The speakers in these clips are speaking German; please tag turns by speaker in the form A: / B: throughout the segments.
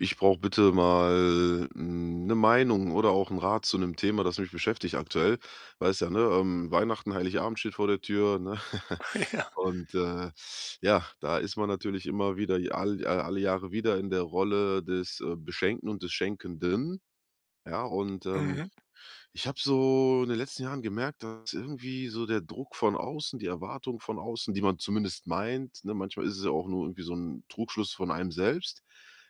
A: Ich brauche bitte mal eine Meinung oder auch einen Rat zu einem Thema, das mich beschäftigt aktuell. Weißt ja, ne, Weihnachten, Heiligabend steht vor der Tür, ne?
B: Ja.
A: Und, äh, ja, da ist man natürlich immer wieder alle Jahre wieder in der Rolle des Beschenkten und des Schenkenden, ja?
B: Mhm.
A: Ich habe so in den letzten Jahren gemerkt, dass irgendwie so der Druck von außen, die Erwartung von außen, die man zumindest meint, ne, manchmal ist es ja auch nur irgendwie so ein Trugschluss von einem selbst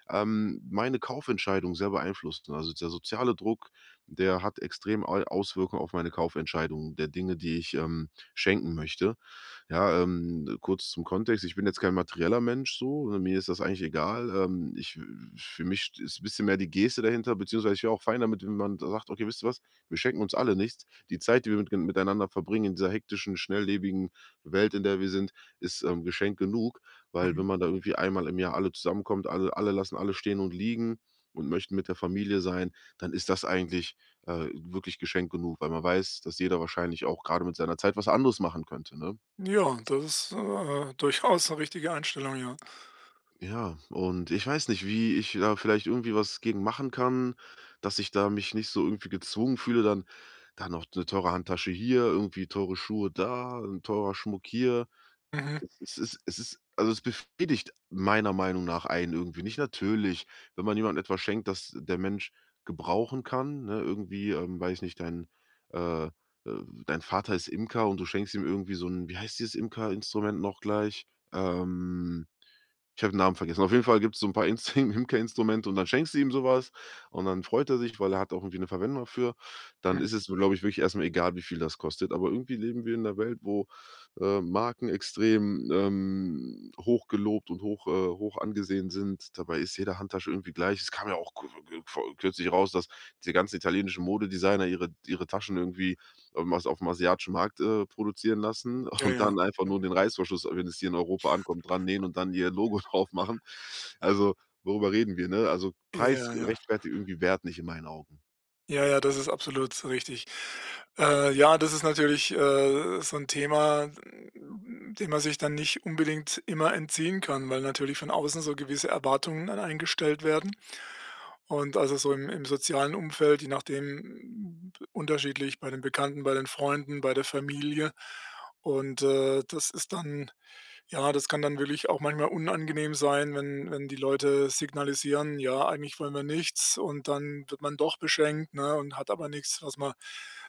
A: meine Kaufentscheidung sehr beeinflussen. Also der soziale Druck, der hat extrem Auswirkungen auf meine Kaufentscheidungen der Dinge, die ich schenken möchte. Ja, kurz zum Kontext. Ich bin jetzt kein materieller Mensch so, ne. Mir ist das eigentlich egal. Für mich ist ein bisschen mehr die Geste dahinter, beziehungsweise ich wäre auch fein damit, wenn man sagt, okay, wisst ihr was, wir schenken uns alle nichts. Die Zeit, die wir miteinander verbringen in dieser hektischen, schnelllebigen Welt, in der wir sind, ist Geschenk genug. Weil
B: Mhm.
A: wenn man da irgendwie einmal im Jahr alle zusammenkommt, alle lassen alle stehen und liegen und möchten mit der Familie sein, dann ist das eigentlich, wirklich Geschenk genug, weil man weiß, dass jeder wahrscheinlich auch gerade mit seiner Zeit was anderes machen könnte, ne?
B: Ja, das ist, durchaus eine richtige Einstellung, ja.
A: Ja, und ich weiß nicht, wie ich da vielleicht irgendwie was gegen machen kann, dass ich da mich nicht so irgendwie gezwungen fühle, dann da noch eine teure Handtasche hier, irgendwie teure Schuhe da, 'n teurer Schmuck hier.
B: Mhm.
A: Es ist also, es befriedigt meiner Meinung nach einen irgendwie nicht. Natürlich, wenn man jemandem etwas schenkt, das der Mensch gebrauchen kann, ne, irgendwie, weiß nicht, dein, äh, äh dein Vater ist Imker und du schenkst ihm irgendwie so ein, wie heißt dieses Imker-Instrument noch gleich? Ähm Ich habe den Namen vergessen. Auf jeden Fall gibt es so ein paar Instru Himker-Instrumente und dann schenkst du ihm sowas und dann freut er sich, weil er hat auch irgendwie eine Verwendung dafür. Dann
B: Mhm.
A: ist es, glaube ich, wirklich erstmal egal, wie viel das kostet. Aber irgendwie leben wir in 'ner Welt, wo, Marken extrem, hoch gelobt und hoch angesehen sind. Dabei ist jede Handtasche irgendwie gleich. Es kam ja auch ku ku vor kürzlich raus, dass diese ganzen italienischen Modedesigner ihre Taschen irgendwie was aufm asiatischen Markt, produzieren lassen
B: Ja,
A: und
B: ja.
A: dann einfach nur den Reißverschluss, wenn es hier in Europa ankommt, dran nähen und dann ihr Logo drauf machen. Also, worüber reden wir, ne? Also, Preis
B: Ja, ja.
A: rechtfertigt irgendwie Wert nicht in meinen Augen.
B: Ja, ja, das ist absolut richtig. Ja, das ist natürlich, so ein Thema, dem man sich dann nicht unbedingt immer entziehen kann, weil natürlich von außen so gewisse Erwartungen an einen gestellt werden. Und also so im sozialen Umfeld, je nachdem, unterschiedlich bei den Bekannten, bei den Freunden, bei der Familie. Und, das ist dann ja, das kann dann wirklich auch manchmal unangenehm sein, wenn die Leute signalisieren: „Ja, eigentlich wollen wir nichts“, und dann wird man doch beschenkt, ne, und hat aber nichts, was man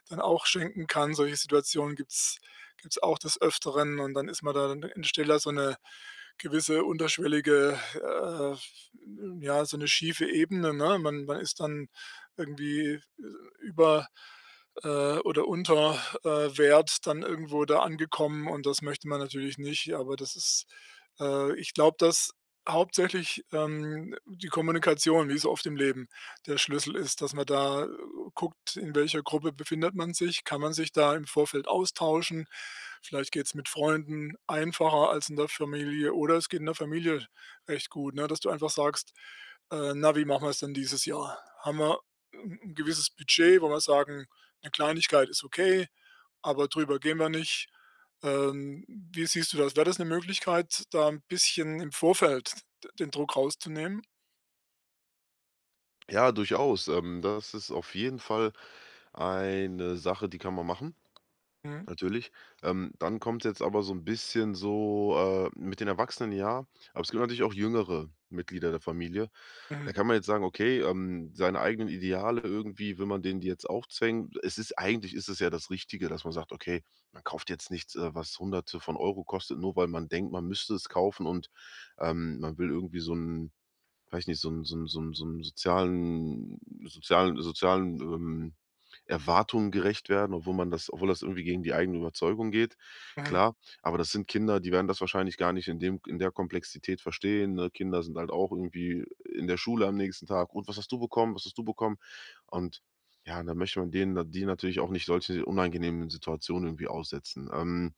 B: dann auch schenken kann. Solche Situationen gibt's auch des Öfteren und dann ist man da dann in stiller so eine gewisse unterschwellige, ja, so eine schiefe Ebene, ne? Man ist dann irgendwie, über oder unter, Wert dann irgendwo da angekommen und das möchte man natürlich nicht. Aber das ist ich glaube, dass hauptsächlich, die Kommunikation, wie so oft im Leben, der Schlüssel ist, dass man da guckt, in welcher Gruppe befindet man sich. Kann man sich da im Vorfeld austauschen? Vielleicht geht's mit Freunden einfacher als in der Familie oder es geht in der Familie recht gut, ne, dass du einfach sagst: Na, wie machen wir es denn dieses Jahr? Haben wir ein gewisses Budget, wo wir sagen, eine Kleinigkeit ist okay, aber drüber gehen wir nicht. Wie siehst du das? Wäre das eine Möglichkeit, da ein bisschen im Vorfeld d den Druck rauszunehmen?
A: Ja, durchaus. Das ist auf jeden Fall eine Sache, die kann man machen,
B: Mhm,
A: natürlich. Dann kommt jetzt aber so 'n bisschen so, mit den Erwachsenen ja, aber es gibt natürlich auch jüngere Mitglieder der Familie.
B: mhm,
A: Da kann man jetzt sagen, okay, seine eigenen Ideale irgendwie will man denen die jetzt aufzwängen. Es ist eigentlich ist es ja das Richtige, dass man sagt: „Okay, man kauft jetzt nichts, was Hunderte von Euro kostet, nur weil man denkt, man müsste es kaufen und man will irgendwie so einen, weiß nicht, so 'n sozialen Erwartungen gerecht werden, obwohl das irgendwie gegen die eigene Überzeugung geht,
B: mhm,
A: klar. Aber das sind Kinder, die werden das wahrscheinlich gar nicht in der Komplexität verstehen, ne? Kinder sind halt auch irgendwie in der Schule am nächsten Tag: „Und was hast du bekommen? Was hast du bekommen?“ Und ja, da möchte man denen na die natürlich auch nicht solche unangenehmen Situationen irgendwie aussetzen.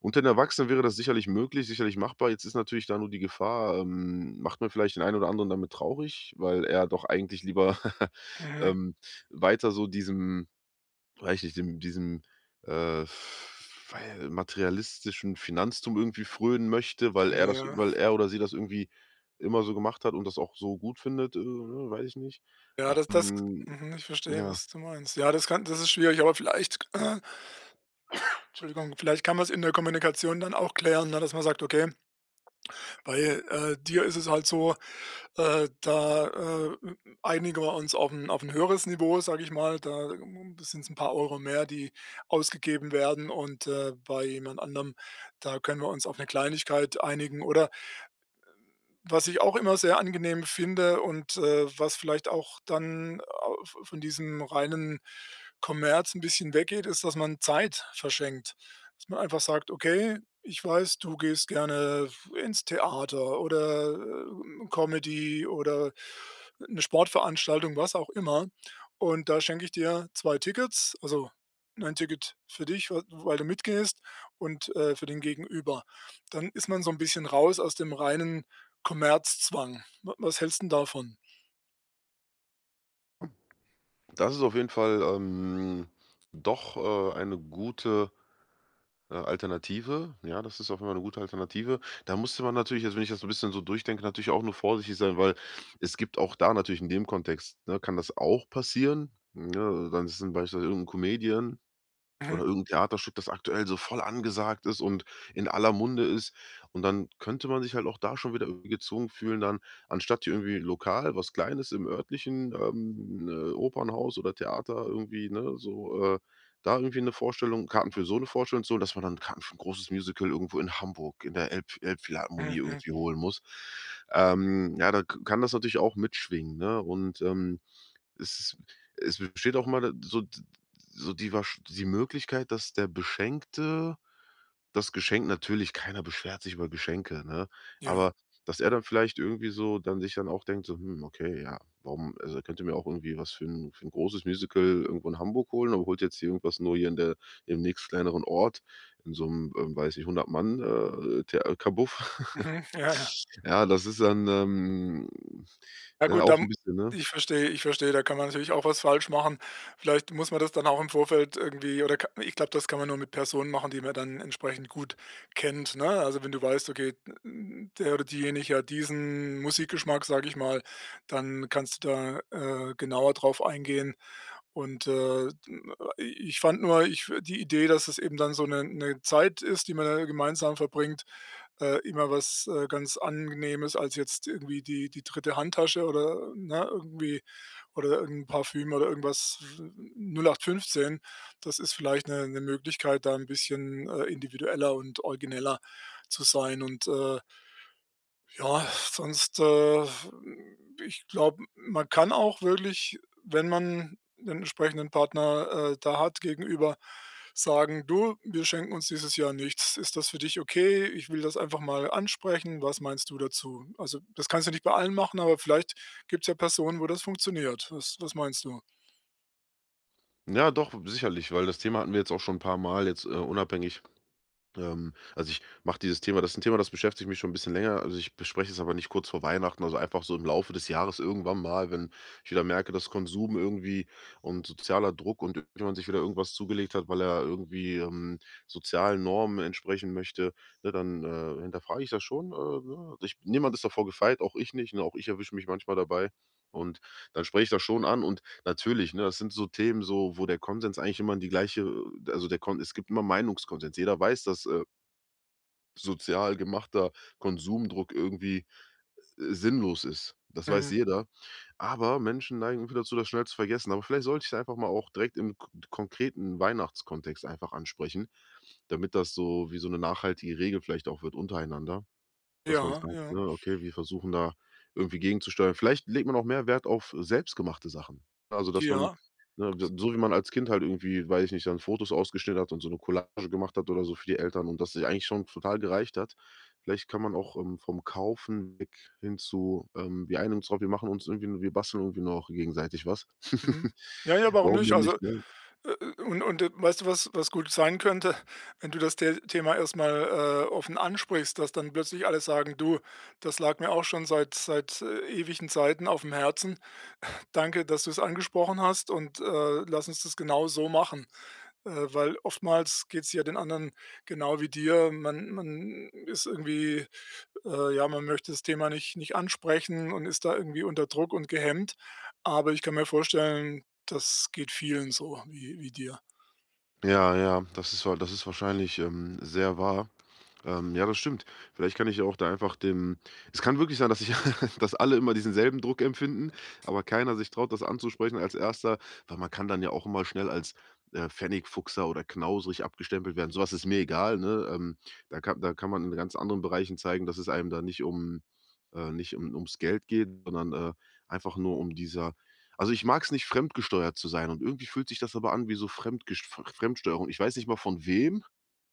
A: Unter den Erwachsenen wäre das sicherlich möglich, sicherlich machbar. Jetzt ist natürlich da nur die Gefahr, macht man vielleicht den einen oder anderen damit traurig, weil er doch eigentlich lieber
B: mhm.
A: ähm, weiter so diesem weiß ich nicht, dem diesem, äh, weil materialistischen Finanztum irgendwie frönen möchte, weil er das
B: Ja,
A: weil er oder sie das irgendwie immer so gemacht hat und das auch so gut findet, ne, weiß ich nicht.
B: ja, das das
A: Ähm,
B: mhm, ich verstehe,
A: ja,
B: was du meinst. Ja, das ist schwierig, aber vielleicht Entschuldigung, vielleicht kann man es in der Kommunikation dann auch klären, ne, dass man sagt: „Okay, bei, dir ist es halt so, da, einigen wir uns auf ein auf 'n höheres Niveau, sage ich mal. Da sind es ein paar Euro mehr, die ausgegeben werden und, bei jemand anderem, da können wir uns auf eine Kleinigkeit einigen oder was ich auch immer sehr angenehm finde und, was vielleicht auch dann au von diesem reinen Kommerz ein bisschen weggeht, ist, dass man Zeit verschenkt. Dass man einfach sagt: „Okay, ich weiß, du gehst gerne ins Theater oder, Comedy oder eine Sportveranstaltung“, was auch immer. Und da schenke ich dir 2 Tickets, also ein Ticket für dich, w weil du mitgehst und, für den Gegenüber. Dann ist man so ein bisschen raus aus dem reinen Kommerzzwang. Wa was hältst 'n davon?
A: das ist auf jeden Fall, doch, eine gute Alternative, ja, das ist auf jeden Fall 'ne gute Alternative. Da musste man natürlich jetzt, wenn ich das so 'n bisschen so durchdenke, natürlich auch nur vorsichtig sein, weil es gibt auch da natürlich in dem Kontext, ne, kann das auch passieren, ne? Dann ist 'n beispielsweise irgend 'n Comedian
B: Mhm,
A: oder irgendein Theaterstück, das aktuell so voll angesagt ist und in aller Munde ist. Und dann könnte man sich halt auch da schon wieder irgendwie gezwungen fühlen, dann anstatt hier irgendwie lokal was Kleines im örtlichen, Opernhaus oder Theater irgendwie, ne, so, da irgendwie eine Vorstellung Karten für so eine Vorstellung so, dass man dann Karten für 'n großes Musical irgendwo in Hamburg in der Elbphilharmonie
B: mhm, mhm.
A: irgendwie holen muss. Ja, da k kann das natürlich auch mitschwingen, ne? Es Es besteht auch mal so die wahrsch die Möglichkeit, dass der Beschenkte das Geschenk, natürlich keiner beschwert sich über Geschenke, ne?
B: Ja.
A: Aber dass er dann vielleicht irgendwie so dann sich dann auch denkt so: „Hm, okay, ja, warum also, er könnte mir auch irgendwie was für ein für 'n großes Musical irgendwo in Hamburg holen, aber holt jetzt hier irgendwas nur hier in der im nächstkleineren Ort in so einem weiß ich hundert Mann, Thea Kabuff.“
B: Mhm. Ja, ja.
A: Ja, das ist dann,
B: Ja
A: ja,
B: gut,
A: auch so
B: dann
A: ein bisschen, ne?
B: ich verstehe, da kann man natürlich auch was falsch machen. Vielleicht muss man das dann auch im Vorfeld irgendwie oder ka ich glaube, das kann man nur mit Personen machen, die man dann entsprechend gut kennt, ne? Also, wenn du weißt, okay, n der oder diejenige hat diesen Musikgeschmack, sage ich mal, dann kannst du da, genauer drauf eingehen. Und, ich fand nur ich die Idee, dass es eben dann so eine 'ne Zeit ist, die man da gemeinsam verbringt, immer was, ganz Angenehmes als jetzt irgendwie die dritte Handtasche oder, ne, irgendwie oder irgend Parfüm oder irgendwas 08/15. Das ist vielleicht eine 'ne Möglichkeit, da ein bisschen, individueller und origineller zu sein und, ja, sonst, ich glaube, man kann auch wirklich, wenn man den entsprechenden Partner, da hat gegenüber, sagen: „Du, wir schenken uns dieses Jahr nichts. Ist das für dich okay? Ich will das einfach mal ansprechen. Was meinst du dazu?“ Also, das kannst du nicht bei allen machen, aber vielleicht gibt's ja Personen, wo das funktioniert. Was meinst du?
A: Ja, doch, sicherlich, weil das Thema hatten wir jetzt auch schon ein paar Mal jetzt, unabhängig. Also, ich mache dieses Thema das ist ein Thema, das beschäftigt mich schon ein bisschen länger. Also, ich bespreche es aber nicht kurz vor Weihnachten, also einfach so im Laufe des Jahres irgendwann mal, wenn ich wieder merke, dass Konsum irgendwie und sozialer Druck und irgendjemand sich wieder irgendwas zugelegt hat, weil er irgendwie, sozialen Normen entsprechen möchte, ne, dann, hinterfrage ich das schon, ne? Also Ich Niemand ist davor gefeit, auch ich nicht, ne? Auch ich erwische mich manchmal dabei und dann spreche ich das schon an. Und natürlich, ne? Das sind so Themen, so wo der Konsens eigentlich immer in die gleiche also der Kon es gibt immer Meinungskonsens. Jeder weiß, dass, sozial gemachter Konsumdruck irgendwie, sinnlos ist. Das weiß
B: Mhm.
A: jeder. Aber Menschen neigen irgendwie dazu, das schnell zu vergessen. Aber vielleicht sollte ich es einfach mal auch direkt im k konkreten Weihnachtskontext einfach ansprechen, damit das so wie so eine nachhaltige Regel vielleicht auch wird untereinander. Dass man
B: Ja,
A: sagt,
B: ja.
A: ne: „Okay, wir versuchen da irgendwie gegenzusteuern.“ Vielleicht legt man auch mehr Wert auf selbstgemachte Sachen. Also, dass man,
B: Ja.
A: ne, so wie man als Kind halt irgendwie, weiß ich nicht, dann Fotos ausgeschnitten hat und so eine Collage gemacht hat oder so für die Eltern und das sich eigentlich schon total gereicht hat. Vielleicht kann man auch, vom Kaufen weg hin zu, „Wir einigen uns drauf, wir basteln irgendwie noch gegenseitig was.“
B: Mhm. Ja, ja, warum
A: Warum
B: nicht?
A: denn
B: Also,
A: nicht, ne?
B: Und weißt du, was gut sein könnte, wenn du das Thema erst mal, offen ansprichst, dass dann plötzlich alle sagen: „Du, das lag mir auch schon seit, ewigen Zeiten auf dem Herzen. Danke, dass du es angesprochen hast und, lass uns das genau so machen.“ Weil oftmals geht es ja den anderen genau wie dir. Man ist irgendwie ja, man möchte das Thema nicht ansprechen und ist da irgendwie unter Druck und gehemmt. Aber ich kann mir vorstellen, das geht vielen so wie dir.
A: Ja, ja, das ist wa das ist wahrscheinlich, sehr wahr. Ja, das stimmt. Vielleicht kann ich auch da einfach dem es kann wirklich sein, dass ich dass alle immer diesen selben Druck empfinden, aber keiner sich traut, das anzusprechen als Erster, weil man kann dann ja auch immer schnell als, Pfennigfuchser oder knausrig abgestempelt werden. So was ist mir egal, ne? Da kann man in ganz anderen Bereichen zeigen, dass es einem da nicht um nicht um ums Geld geht, sondern, einfach nur um dieser. Also, ich mag es nicht, fremdgesteuert zu sein und irgendwie fühlt sich das aber an wie so fremdgest Fremdsteuerung. Ich weiß nicht mal von wem,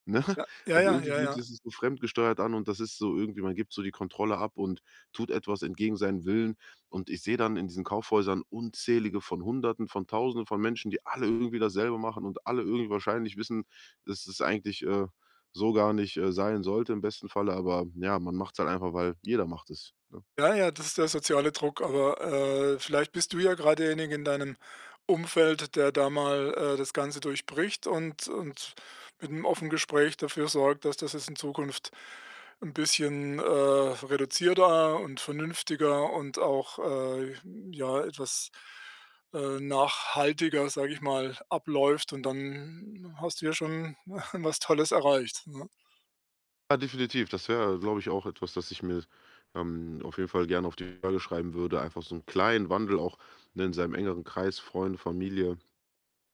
A: ne?
B: Ja, ja,
A: Aber
B: ja,
A: irgendwie
B: ja,
A: fühlt sich
B: ja.
A: das so fremdgesteuert an und das ist so irgendwie, man gibt so die Kontrolle ab und tut etwas entgegen seinen Willen. Und ich sehe dann in diesen Kaufhäusern unzählige von Hunderten, von Tausenden von Menschen, die alle irgendwie dasselbe machen und alle irgendwie wahrscheinlich wissen, dass es eigentlich, so gar nicht, sein sollte im besten Falle, aber ja, man macht's halt einfach, weil jeder macht es, ne?
B: Ja, ja, das ist der soziale Druck, aber, vielleicht bist du ja gerade derjenige in deinem Umfeld, der da mal, das Ganze durchbricht und mit einem offenen Gespräch dafür sorgt, dass das jetzt in Zukunft ein bisschen, reduzierter und vernünftiger und auch, ja, etwas, nachhaltiger, sage ich mal, abläuft und dann hast du ja schon was Tolles erreicht, ne?
A: Ja, definitiv. Das wäre, glaube ich, auch etwas, das ich mir, auf jeden Fall gerne auf die Flagge schreiben würde. Einfach so 'n kleinen Wandel auch, ne, in seinem engeren Kreis, Freunde, Familie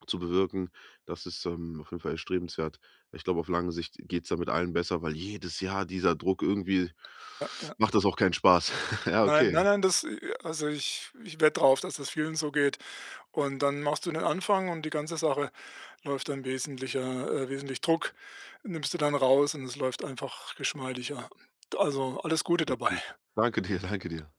A: zu bewirken. Das ist, auf jeden Fall erstrebenswert. Ich glaube, auf lange Sicht geht's damit allen besser, weil jedes Jahr dieser Druck irgendwie
B: Ja, ja.
A: macht das auch keinen Spaß. Ja,
B: Nein,
A: okay.
B: nein, nein, das also ich wette drauf, dass das vielen so geht. Und dann machst du den Anfang und die ganze Sache läuft dann wesentlich Druck nimmst du dann raus und es läuft einfach geschmeidiger. Also, alles Gute dabei.
A: Definitiv. Danke dir, danke dir.